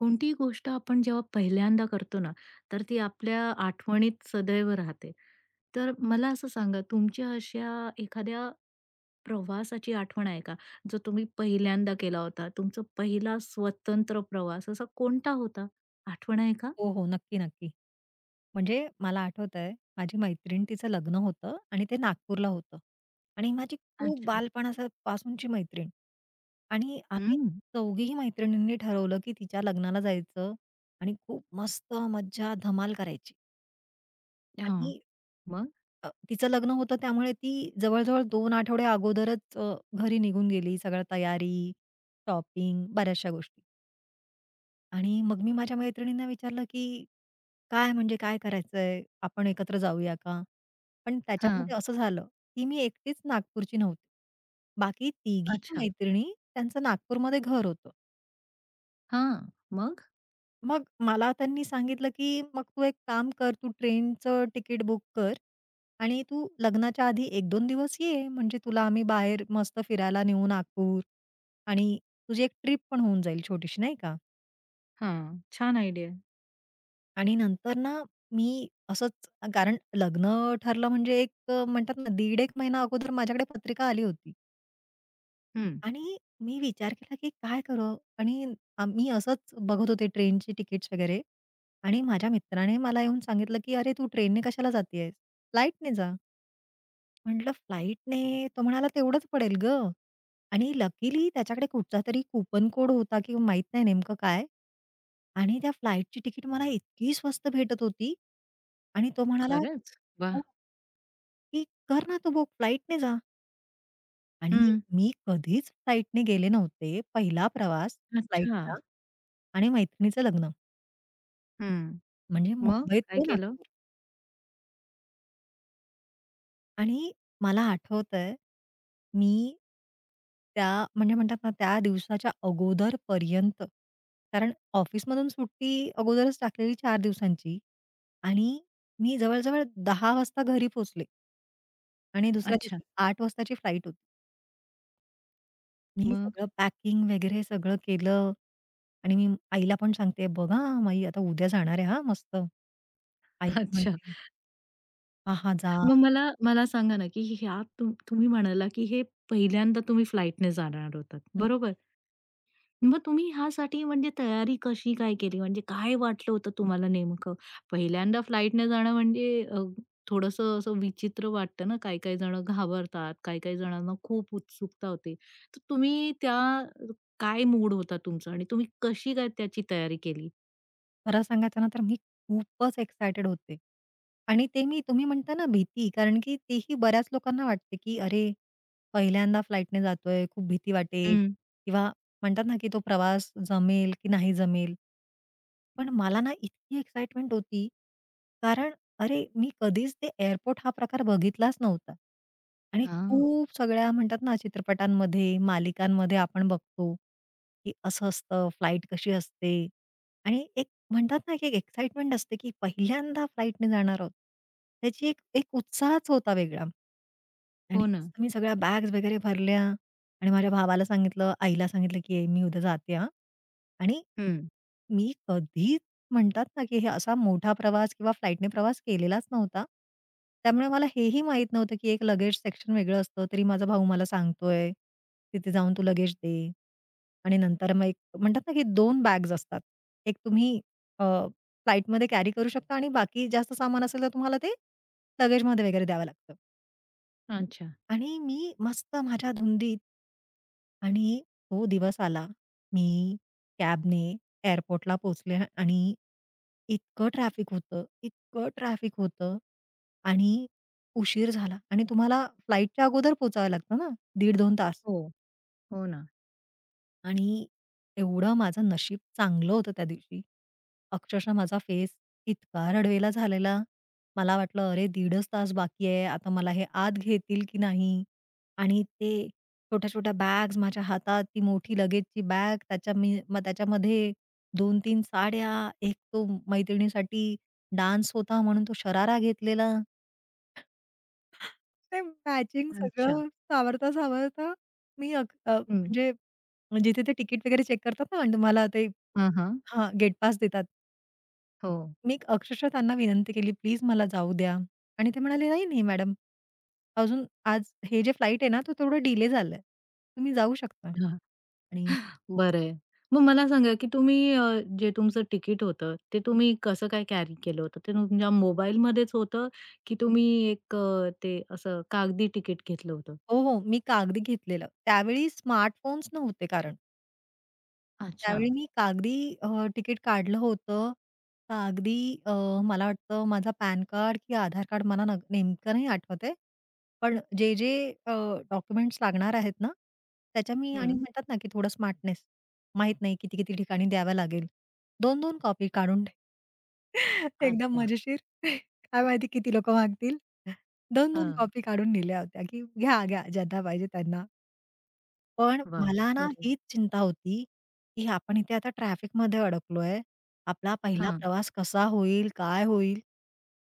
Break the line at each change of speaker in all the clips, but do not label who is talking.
कोणतीही गोष्ट आपण जेव्हा पहिल्यांदा करतो ना, तर ती आपल्या आठवणीत सदैव राहते. तर मला असं सांगा, तुमच्या अशा एखाद्या प्रवासाची आठवण आहे का? जो तुम्ही पहिल्यांदा केला होता? तुमचा पहिला स्वतंत्र प्रवास असा कोणता होता? आठवण आहे का?
हो, हो. नक्की, नक्की. म्हणजे मला आठवतंय, माझी मैत्रीण तिचं लग्न होतं आणि ते नागपूरला होतं आणि माझी खूप
अच्छा.
बालपणापासूनची मैत्रीण आणि आम्ही
हं.
चौघीही मैत्रिणींनी ठरवलं, की तिच्या लग्नाला जायचं आणि खूप मस्त मज्जा धमाल करायची. आणि
हां. मग?
तिचं लग्न होतं त्यामुळे ती जवळ-जवळ दोन आठवडे अगोदरच घरी निघून गेली. सगळ्या तयारी, शॉपिंग, बऱ्याचशा गोष्टी. आणि मग मी माझ्या मैत्रिणींना विचारलं, की काय म्हणजे काय करायचंय? आपण एकत्र जाऊया का? पण
हां.
त्याच्यामध्ये असं झालं, की मी एकटीच नागपूरची नव्हते. बाकी तिघी
अच्छा.
मैत्रिणी, त्यांचं नागपूरमध्ये घर होतं.
हां. मग?
मग मला त्यांनी सांगितलं, की "मग तू एक काम कर, तू ट्रेनचं तिकीट बुक कर आणि तू लग्नाच्या आधी 1-2 दिवस ये. म्हणजे तुला आम्ही बाहेर मस्त फिरायला नेऊ नागपूर आणि तुझी एक ट्रिप पण होऊन जाईल छोटीशी नाही का?"
हां. छान आयडिया आहे.
आणि नंतर ना, मी असंच, कारण लग्न ठरलं म्हणजे एक म्हणतात ना, दीड एक महिना अगोदर माझ्याकडे पत्रिका आली होती. आणि मी विचार केला, की काय करू? आणि आम्ही असंच बघत होते ट्रेनची तिकीट्स वगैरे आणि माझ्या मित्राने मला येऊन सांगितलं, की "अरे, तू ट्रेनने कशाला जाती, फ्लाईटने जा." म्हटलं, "फ्लाईटने?" तो म्हणाला, "तेवढंच पडेल गं." आणि लकीली त्याच्याकडे कुठचातरी कूपन कोड होता, की माहीत नाही नेमकं काय. आणि त्या फ्लाइटची तिकीट मला इतकी स्वस्त भेटत होती आणि तो म्हणाला,
खरंच? वाह!
"हो, की कर ना तू बुक, फ्लाइटने जा." आणि
हं.
मी कधीच फ्लाइटने गेले नव्हते. पहिला प्रवास
अच्छा.
फ्लाइटचा आणि मैत्रिणीचं लग्न
हं.
म्हणजे
मग
मुंबईत
काय
ते ना.
केलं?
आणि मला आठवतंय, मी त्या म्हणजे म्हणतात ना त्या दिवसाच्या अगोदरपर्यंत, कारण ऑफिसमधून सुट्टी अगोदरच टाकलेली 4 दिवसांची. आणि मी जवळ-जवळ 10 वाजता घरी पोहोचले. आणि दुसऱ्या
अच्छा.
दिवशी 8 वाजताची फ्लाइट होती. मी
मग?
सगळं पॅकिंग वगैरे सगळं केलं आणि मी आईला पण सांगते, "बघ माई आई, आता उद्या जाणार आहे हां मस्त." आई पण
अच्छा.
म्हणते, "हां, हां, जा."
मग मला मला सांगा ना, की ह्यात तुम्ही म्हणाला, की हे पहिल्यांदा तुम्ही फ्लाइटने जाणार होतात,
हं.
बरोबर? मग तुम्ही ह्यासाठी म्हणजे तयारी कशी काय केली? म्हणजे काय वाटलं होतं तुम्हाला नेमकं? पहिल्यांदा फ्लाइटने जाणं म्हणजे अ, थोडंसं असं विचित्र वाटतं ना, काही-काही जण घाबरतात, काही-काही जणांना खूप उत्सुकता होते. तर तुम्ही त्या काय मूड होता तुमचा आणि तुम्ही कशी काय त्याची तयारी केली?
खरं सांगायचं ना तर मी खूपच एक्सायटेड होते. आणि ते मी, तुम्ही म्हणता ना भीती, कारण की तेही बऱ्याच लोकांना वाटते, की अरे, पहिल्यांदा फ्लाइटने जातोय, खूप भीती वाटेल
हं.
किंवा म्हणतात ना, की तो प्रवास जमेल की नाही जमेल. पण मला ना इतकी एक्साईटमेंट होती, कारण अरे, मी कधीच ते एअरपोर्ट हा प्रकार बघितलाच नव्हता. आणि
हां.
खूप सगळ्या म्हणतात ना, चित्रपटांमध्ये, मालिकांमध्ये आपण बघतो, की असं असतं, फ्लाइट कशी असते आणि एक म्हणतात ना, की एक एक्साइटमेंट असते, की पहिल्यांदा फ्लाइटने जाणार आहोत. त्याची एक एक उत्साहच होता वेगळा. आणि
हो ना.
मस्त मी सगळ्या बॅग्स वगैरे भरल्या आणि माझ्या भावाला सांगितलं, आईला सांगितलं, की "ए, मी उद्या जाते हां." आणि
हं.
मी कधीच म्हणतात ना, की हे असा मोठा प्रवास किंवा फ्लाईटने प्रवास केलेलाच नव्हता. त्यामुळे मला हेही माहीत नव्हतं, की एक लगेज सेक्शन वेगळं असतं. तरी माझा भाऊ मला सांगतोय, "तिथे जाऊन तू लगेज दे." आणि नंतर मग एक म्हणतात ना, की 2 बॅग्स असतात. एक तुम्ही अ, फ्लाईटमध्ये कॅरी करू शकता आणि बाकी जास्त सामान असेल तर तुम्हाला ते लगेजमध्ये वगैरे द्यावं लागतं.
अच्छा.
आणि मी मस्त माझ्या धुंदीत. आणि तो दिवस आला. मी कॅबने एअरपोर्टला पोहोचले आणि इतकं ट्रॅफिक होतं, इतकं ट्रॅफिक होतं आणि उशीर झाला आणि तुम्हाला फ्लाईटच्या अगोदर पोहोचावं लागतं ना दीड़ दोन तास.
हो. हो ना.
आणि एवढं माझं नशीब चांगलं होतं त्या दिवशी. अक्षरशः माझा फेस इतका रडवेला झालेला. मला वाटलं, अरे 1.5च तास बाकी आहे. आता मला हे आत घेतील की नाही? आणि ते छोट्या-छोट्या बॅग्स माझ्या हातात, ती मोठी लगेजची बॅग, त्याच्या मी मग त्याच्यामध्ये 2-3 साड्या, एक तो मैत्रिणीसाठी डान्स होता म्हणून तो शरारा घेतलेला. ते मॅचिंग
अच्छा.
सगळं सावरता-सावरता मी
हं.
म्हणजे मग जिथे ते तिकीट वगैरे चेक करतात ना आणि तुम्हाला ते,
हां, हां.
हां, गेट पास देतात.
हो.
मी अक्षरशः त्यांना विनंती केली, "प्लीज मला जाऊ द्या." आणि ते म्हणाले, "नाही, नाही मॅडम. अजून आज हे जे फ्लाइट आहे ना, तो थोडा डिले झालाय. तुम्ही जाऊ शकता."
हां,
आणि
बरं आहे. मग मला सांगा, की तुम्ही जे तुमचं तिकीट होतं, ते तुम्ही कसं काय कॅरी केलं होतं? ते तुमच्या मोबाईलमध्येच होतं, की तुम्ही एक ते असं कागदी तिकीट घेतलं होतं?
हो, हो. मी कागदी घेतलेलं. त्यावेळी स्मार्टफोन्स नव्हते कारण.
अच्छा.
त्यावेळी मी कागदी अ, तिकीट काढलं होतं. कागदी अ, मला वाटतं माझा पॅन कार्ड की आधार कार्ड, मला न नेमकं नाही आठवत आहे. पण जे अ, डॉक्युमेंट्स लागणार आहेत ना, त्याच्या मी आणि
हं.
म्हणतात ना, की थोडं स्मार्टनेस, माहित नाही किती-किती ठिकाणी द्याव्या लागेल. 2-2 कॉपी काढून एकदम
अच्छा.
मजेशीर. काय माहिती किती लोकं मागतील. 2-2
हां.
कॉपी काढून दिल्या होत्या, की घ्या, घ्या, ज्यांना पाहिजे त्यांना. पण
वाह!
मला ना
बरं
हीच चिंता होती, की आपण इथे आता ट्रॅफिकमध्ये अडकलोय. आपला पहिला
हां,
प्रवास कसा होईल? काय होईल?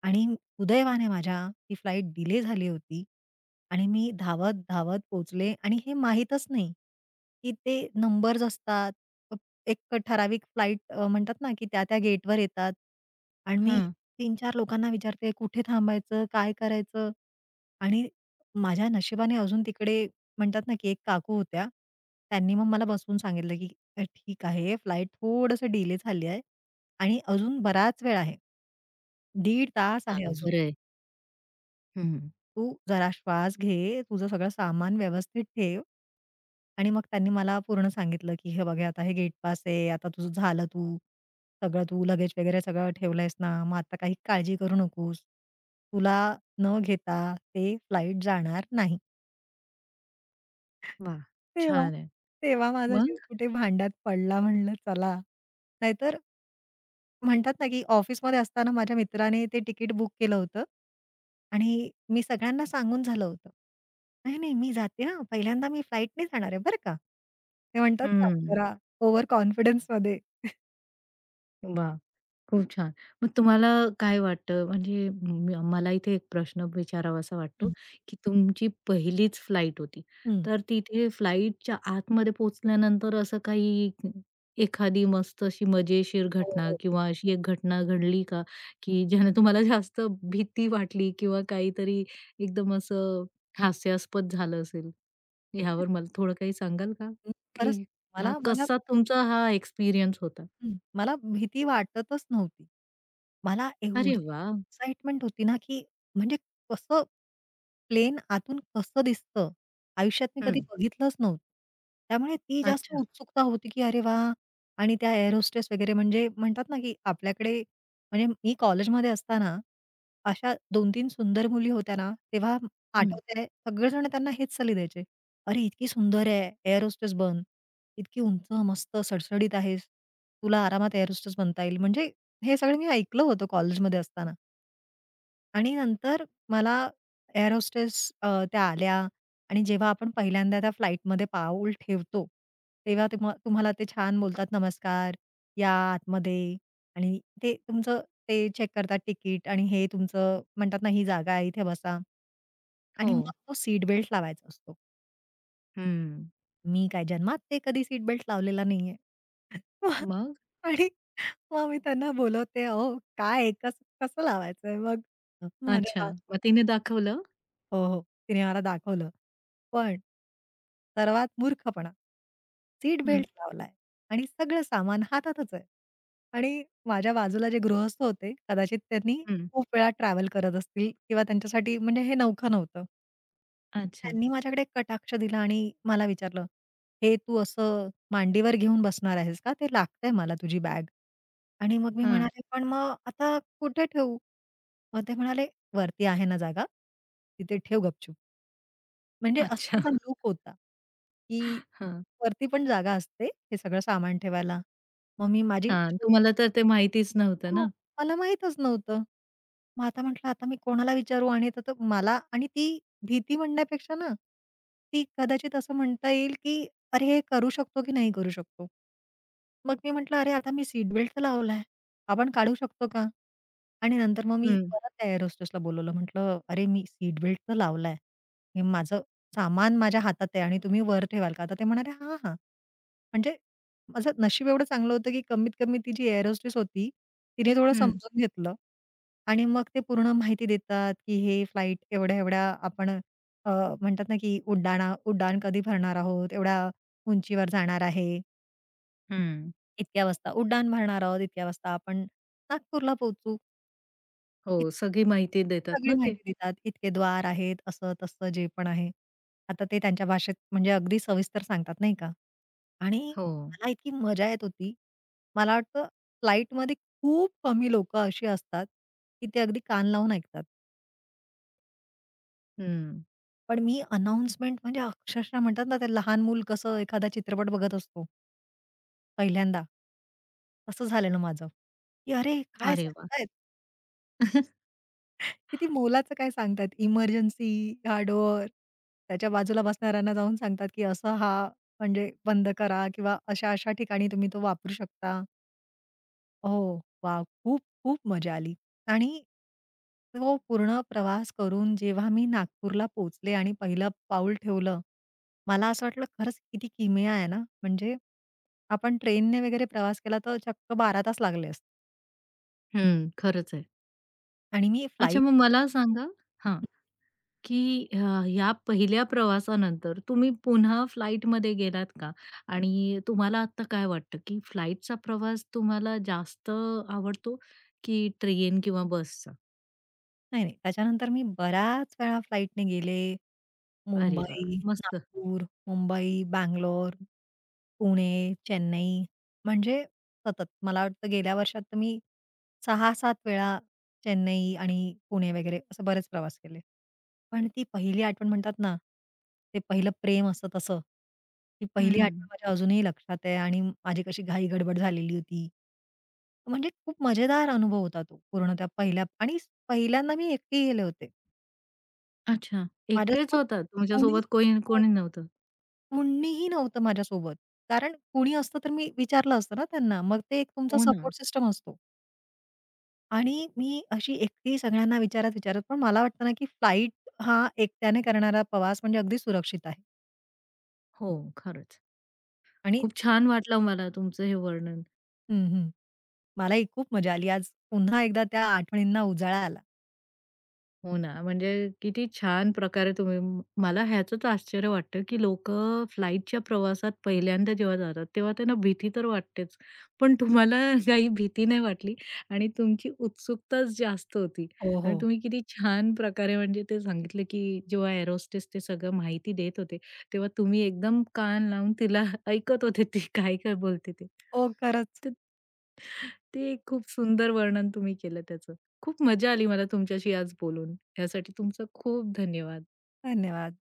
आणि सुदैवाने माझ्या ती फ्लाइट डिले झाली होती आणि मी धावत-धावत पोचले, आणि हे माहीतच नाही, की ते नंबर्स असतात. अ, एक ठराविक फ्लाइट म्हणतात ना, की त्या-त्या गेटवर येतात आणि मी
हां.
3-4 लोकांना विचारते, कुठे थांबायचं? काय करायचं? आणि माझ्या नशिबाने अजून तिकडे म्हणतात ना, की एक काकू होत्या. त्यांनी मग मला बसवून सांगितलं, की ठीक आहे, फ्लाइट थोडंसं डिले झाली आहे आणि अजून बराच वेळ आहे. 1.5 तास आहे
चला
अजून.
बरं आहे. हं,
तू जरा श्वास घे, तुझं सगळं सामान व्यवस्थित ठेव." आणि मग त्यांनी मला पूर्ण सांगितलं, की "हे बघ, आता हे गेट पास आहे. आता तुझं झालं तू. सगळं तू लगेज वगैरे सगळं ठेवलंयस ना, मग आता काही काळजी करू नकोस. तुला न घेता ते फ्लाइट जाणार नाही."
वाह!
तेव्हा,
छान आहे.
माझा जीव
मग?
कुठे भांड्यात पडला, म्हणलं चला. नाहीतर म्हणतात ना, की ऑफिसमध्ये असताना माझ्या मित्राने ते तिकीट बुक केलं होतं आणि मी सगळ्यांना सांगून झालं होतं. "नाही, नाही मी जाते हां, पहिल्यांदा मी फ्लाइटने जाणार आहे बरं का." ते म्हणतात ना,
हं.
जरा ओव्हर कॉन्फिडन्समध्ये.
वाह! खूप छान. मग तुम्हाला काय वाटतं म्हणजे मला इथे एक प्रश्न विचारावासा वाटतो,
हं,
की तुमची पहिलीच फ्लाइट होती.
हं.
तर तिथे फ्लाइटच्या आतमध्ये पोहोचल्यानंतर असं काही एखादी मस्त अशी मजेशीर
हो,
घटना
हो.
किंवा अशी एक घटना घडली का, की ज्याने तुम्हाला जास्त भीती वाटली किंवा काहीतरी एकदम असं हास्यास्पद झालं असेल?
मला-
ह्यावर मला थोडं काही सांगाल का?
खरंच
की हा
मला मला
कसा तुमचा हा एक्सपिरियन्स होता?
हं, मला भीती वाटतच नव्हती. मला
अरे
एवढी
वाह!
एक्साइटमेंट होती ना, की म्हणजे कसं प्लेन आतून कसं दिसतं, आयुष्यात मी कधी
हं.
बघितलंच नव्हतं. त्यामुळे ती जास्त
अच्छा.
उत्सुकता होती, की अरे वा. आणि त्या एअरोस्ट्रेस वगैरे म्हणजे म्हणतात ना, की आपल्याकडे म्हणजे मी कॉलेजमध्ये असताना अशा 2-3 सुंदर मुली होत्या ना, तेव्हा
हं,
आठवतंय सगळेजण त्यांना हेच सल्ले द्यायचे. "अरे, इतकी सुंदर आहे, एअर बन. इतकी उंच, मस्त, सडसडीत आहेस. तुला आरामात एअर बनता येईल." म्हणजे हे सगळं मी ऐकलं होतं कॉलेजमध्ये असताना. आणि नंतर मला एअर होस्टेस त्या आल्या आणि जेव्हा आपण पहिल्यांदा त्या फ्लाइटमध्ये पाऊल ठेवतो, तेव्हा तुम्हाला ते छान बोलतात, "नमस्कार, या आतमध्ये." आणि ते तुमचं, ते चेक करतात तिकीट आणि हे तुमचं म्हणतात ना, "ही जागा आहे, इथे बसा."
हो.
आणि मग तो सीट बेल्ट लावायचा असतो.
हं.
मी काय जन्मात ते कधी सीट बेल्ट लावलेला नाहीये. मग
मग?
आणि मग मी त्यांना बोलवते, "अहो काय कसं लावायचंय?" मग हं.
अच्छा. मग तिने दाखवलं?
हो, हो. तिने मला दाखवलं. पण सर्वात मूर्खपणा, सीट
हं,
बेल्ट लावलाय आणि सगळं सामान हातातच आहे. आणि माझ्या बाजूला जे गृहस्थ होते, कदाचित त्यांनी
हं.
खूप वेळा ट्रॅव्हल करत असतील किंवा त्यांच्यासाठी म्हणजे हे नवखं नव्हतं.
अच्छा.
त्यांनी माझ्याकडे एक कटाक्ष दिला आणि मला विचारलं, "हे तू असं मांडीवर घेऊन बसणार आहेस का? ते लागतंय मला तुझी बॅग." आणि मग मी
हां.
म्हणाले, "पण मग आता कुठे ठेवू?" मग ते म्हणाले, "वरती आहे ना जागा, तिथे ठेव गपचूप." म्हणजे असा
अच्छा.
त्यांचा लूक होता, की
हां.
वरती पण जागा असते, हे सगळं सामान ठेवायला. मग मी माझी
हां.
छोटीशी,
तुम्हाला तर ते माहितीच नव्हतं
हो,
ना?
मला माहीतच नव्हतं. मग आता म्हटलं, आता मी कोणाला विचारू, आणि तर मला आणि ती भीती म्हणण्यापेक्षा ना, ती कदाचित असं म्हणता येईल, की "अरे, हे करू शकतो की नाही करू शकतो?" मग मी म्हटलं, "अरे, आता मी सीट बेल्ट तर लावलाय. आपण काढू शकतो का?" आणि नंतर मग मी
हं,
परत त्या एअर होस्टेसला बोलवलं. म्हटलं, "अरे, मी सीट बेल्ट तर लावलाय. हे माझं सामान माझ्या हातात आहे आणि तुम्ही वर ठेवाल का?" तर ते म्हणाले, "हां, हां." म्हणजे माझं नशीब एवढं चांगलं होतं, की कमीत कमी ती जी एअर होस्टेस होती, तिने थोडं
हं.
समजून घेतलं. आणि मग ते पूर्ण माहिती देतात, की हे फ्लाइट एवढ्या-एवढ्या आपण अ, म्हणतात ना, की उड्डाण कधी भरणार आहोत, एवढ्या उंचीवर जाणार आहे,
हं.
इतक्या वाजता उड्डाण भरणार आहोत, इतक्या वाजता आपण नागपूरला पोहोचू. इत
हो, सगळी माहिती देतात
सगळी
ना ते.
माहिती देतात. इतके द्वार आहेत, असं-तसं जे पण आहे. आता ते त्यांच्या भाषेत म्हणजे अगदी सविस्तर सांगतात, नाही का? आणि
हो.
मला इतकी मजा येत होती. मला वाटतं फ्लाइटमध्ये खूप कमी लोकं अशी असतात, की ते अगदी कान लावून ऐकतात.
हं.
पण मी अनाउन्समेंट म्हणजे अक्षरशः म्हणतात ना, ते लहान मूल कसं एखादा चित्रपट बघत असतो पहिल्यांदा, तसं झालेलं माझं, की "अरे काय
अरे वाह!
सांगतायत? किती मोलाचं काय सांगतायत? इमर्जन्सी, हा डोअर." त्याच्या बाजूला बसणाऱ्यांना जाऊन सांगतात, की "असं हा म्हणजे बंद करा किंवा अशा-अशा ठिकाणी तुम्ही तो वापरू शकता." हो. वॉव! खूप, खूप मजा आली. आणि तो पूर्ण प्रवास करून जेव्हा मी नागपूरला पोचले, आणि पहिलं पाऊल ठेवलं, मला असं वाटलं खरंच किती किमया आहे ना, म्हणजे आपण ट्रेनने वगैरे प्रवास केला तर चक्क 12 तास लागले असते
हं, खरंच आहे.
आणि मी
अच्छा,
फ्लाइट,
मग मला सांगा हां. की अ, ह्या पहिल्या प्रवासानंतर तुम्ही पुन्हा फ्लाइटमध्ये गेलात का? आणि तुम्हाला आत्ता काय वाटतं, की फ्लाइटचा प्रवास तुम्हाला जास्त आवडतो, की ट्रेन किंवा बसचा?
नाही, नाही त्याच्यानंतर मी बऱ्याच वेळा फ्लाइटने गेले.
अरे वाह!
मुंबई,
मस्त.
नागपूर, मुंबई, बंगलोर, पुणे, चेन्नई, म्हणजे सतत. मला वाटतं गेल्या वर्षात तर मी 6-7 वेळा चेन्नई आणि पुणे वगैरे असे बरेच प्रवास केले. पण ती पहिली आठवण म्हणतात ना, ते पहिलं प्रेम असतं तसं. ती पहिली, हं, आठवण
हं.
माझ्या अजूनही लक्षात आहे आणि माझी कशी घाई-गडबड झालेली होती. म्हणजे खूप मजेदार अनुभव होता तो पूर्ण त्या पहिल्या, आणि पहिल्यांदा मी एकटी गेले होते.
अच्छा. एकटेच
माझ्यासोबत
होता,
कोणी
तुमच्यासोबत कोणी
हो.
कोणी नव्हतं?
कुणीही नव्हतं माझ्यासोबत. कारण कुणी असतं तर मी विचारलं असतं ना त्यांना. मग ते एक तुमचा
हो ना.
सपोर्ट सिस्टम असतो. आणि मी अशी एकटी सगळ्यांना विचारत, विचारत, पण मला वाटतं ना, की फ्लाइट हा एकट्याने करणारा प्रवास म्हणजे अगदी सुरक्षित आहे.
हो, खरंच.
आणि
खूप छान वाटलं मला तुमचं हे वर्णन.
हं, हं. मलाही खूप मजा आली. आज पुन्हा एकदा त्या आठवणींना उजाळा आला.
हो ना, म्हणजे किती छान प्रकारे तुम्ही म- मला ह्याचंच आश्चर्य वाटतं, की लोकं फ्लाइटच्या प्रवासात पहिल्यांदा जेव्हा जातात, तेव्हा त्यांना भीती तर वाटतेच. पण तुम्हाला काही भीती नाही वाटली आणि तुमची उत्सुकताच जास्त होती
हो,
आणि
हो.
तुम्ही किती छान प्रकारे म्हणजे ते सांगितलं, की जेव्हा एअरोस्टेस ते सगळं माहिती देत होते, तेव्हा तुम्ही एकदम कान लावून तिला ऐकत होते ती काय-काय बोलते ते.
हो, खरंच.
तर ते खूप सुंदर वर्णन तुम्ही केलं त्याचं. खूप मजा आली मला तुमच्याशी आज बोलून. यासाठी तुमचा खूप धन्यवाद.
धन्यवाद.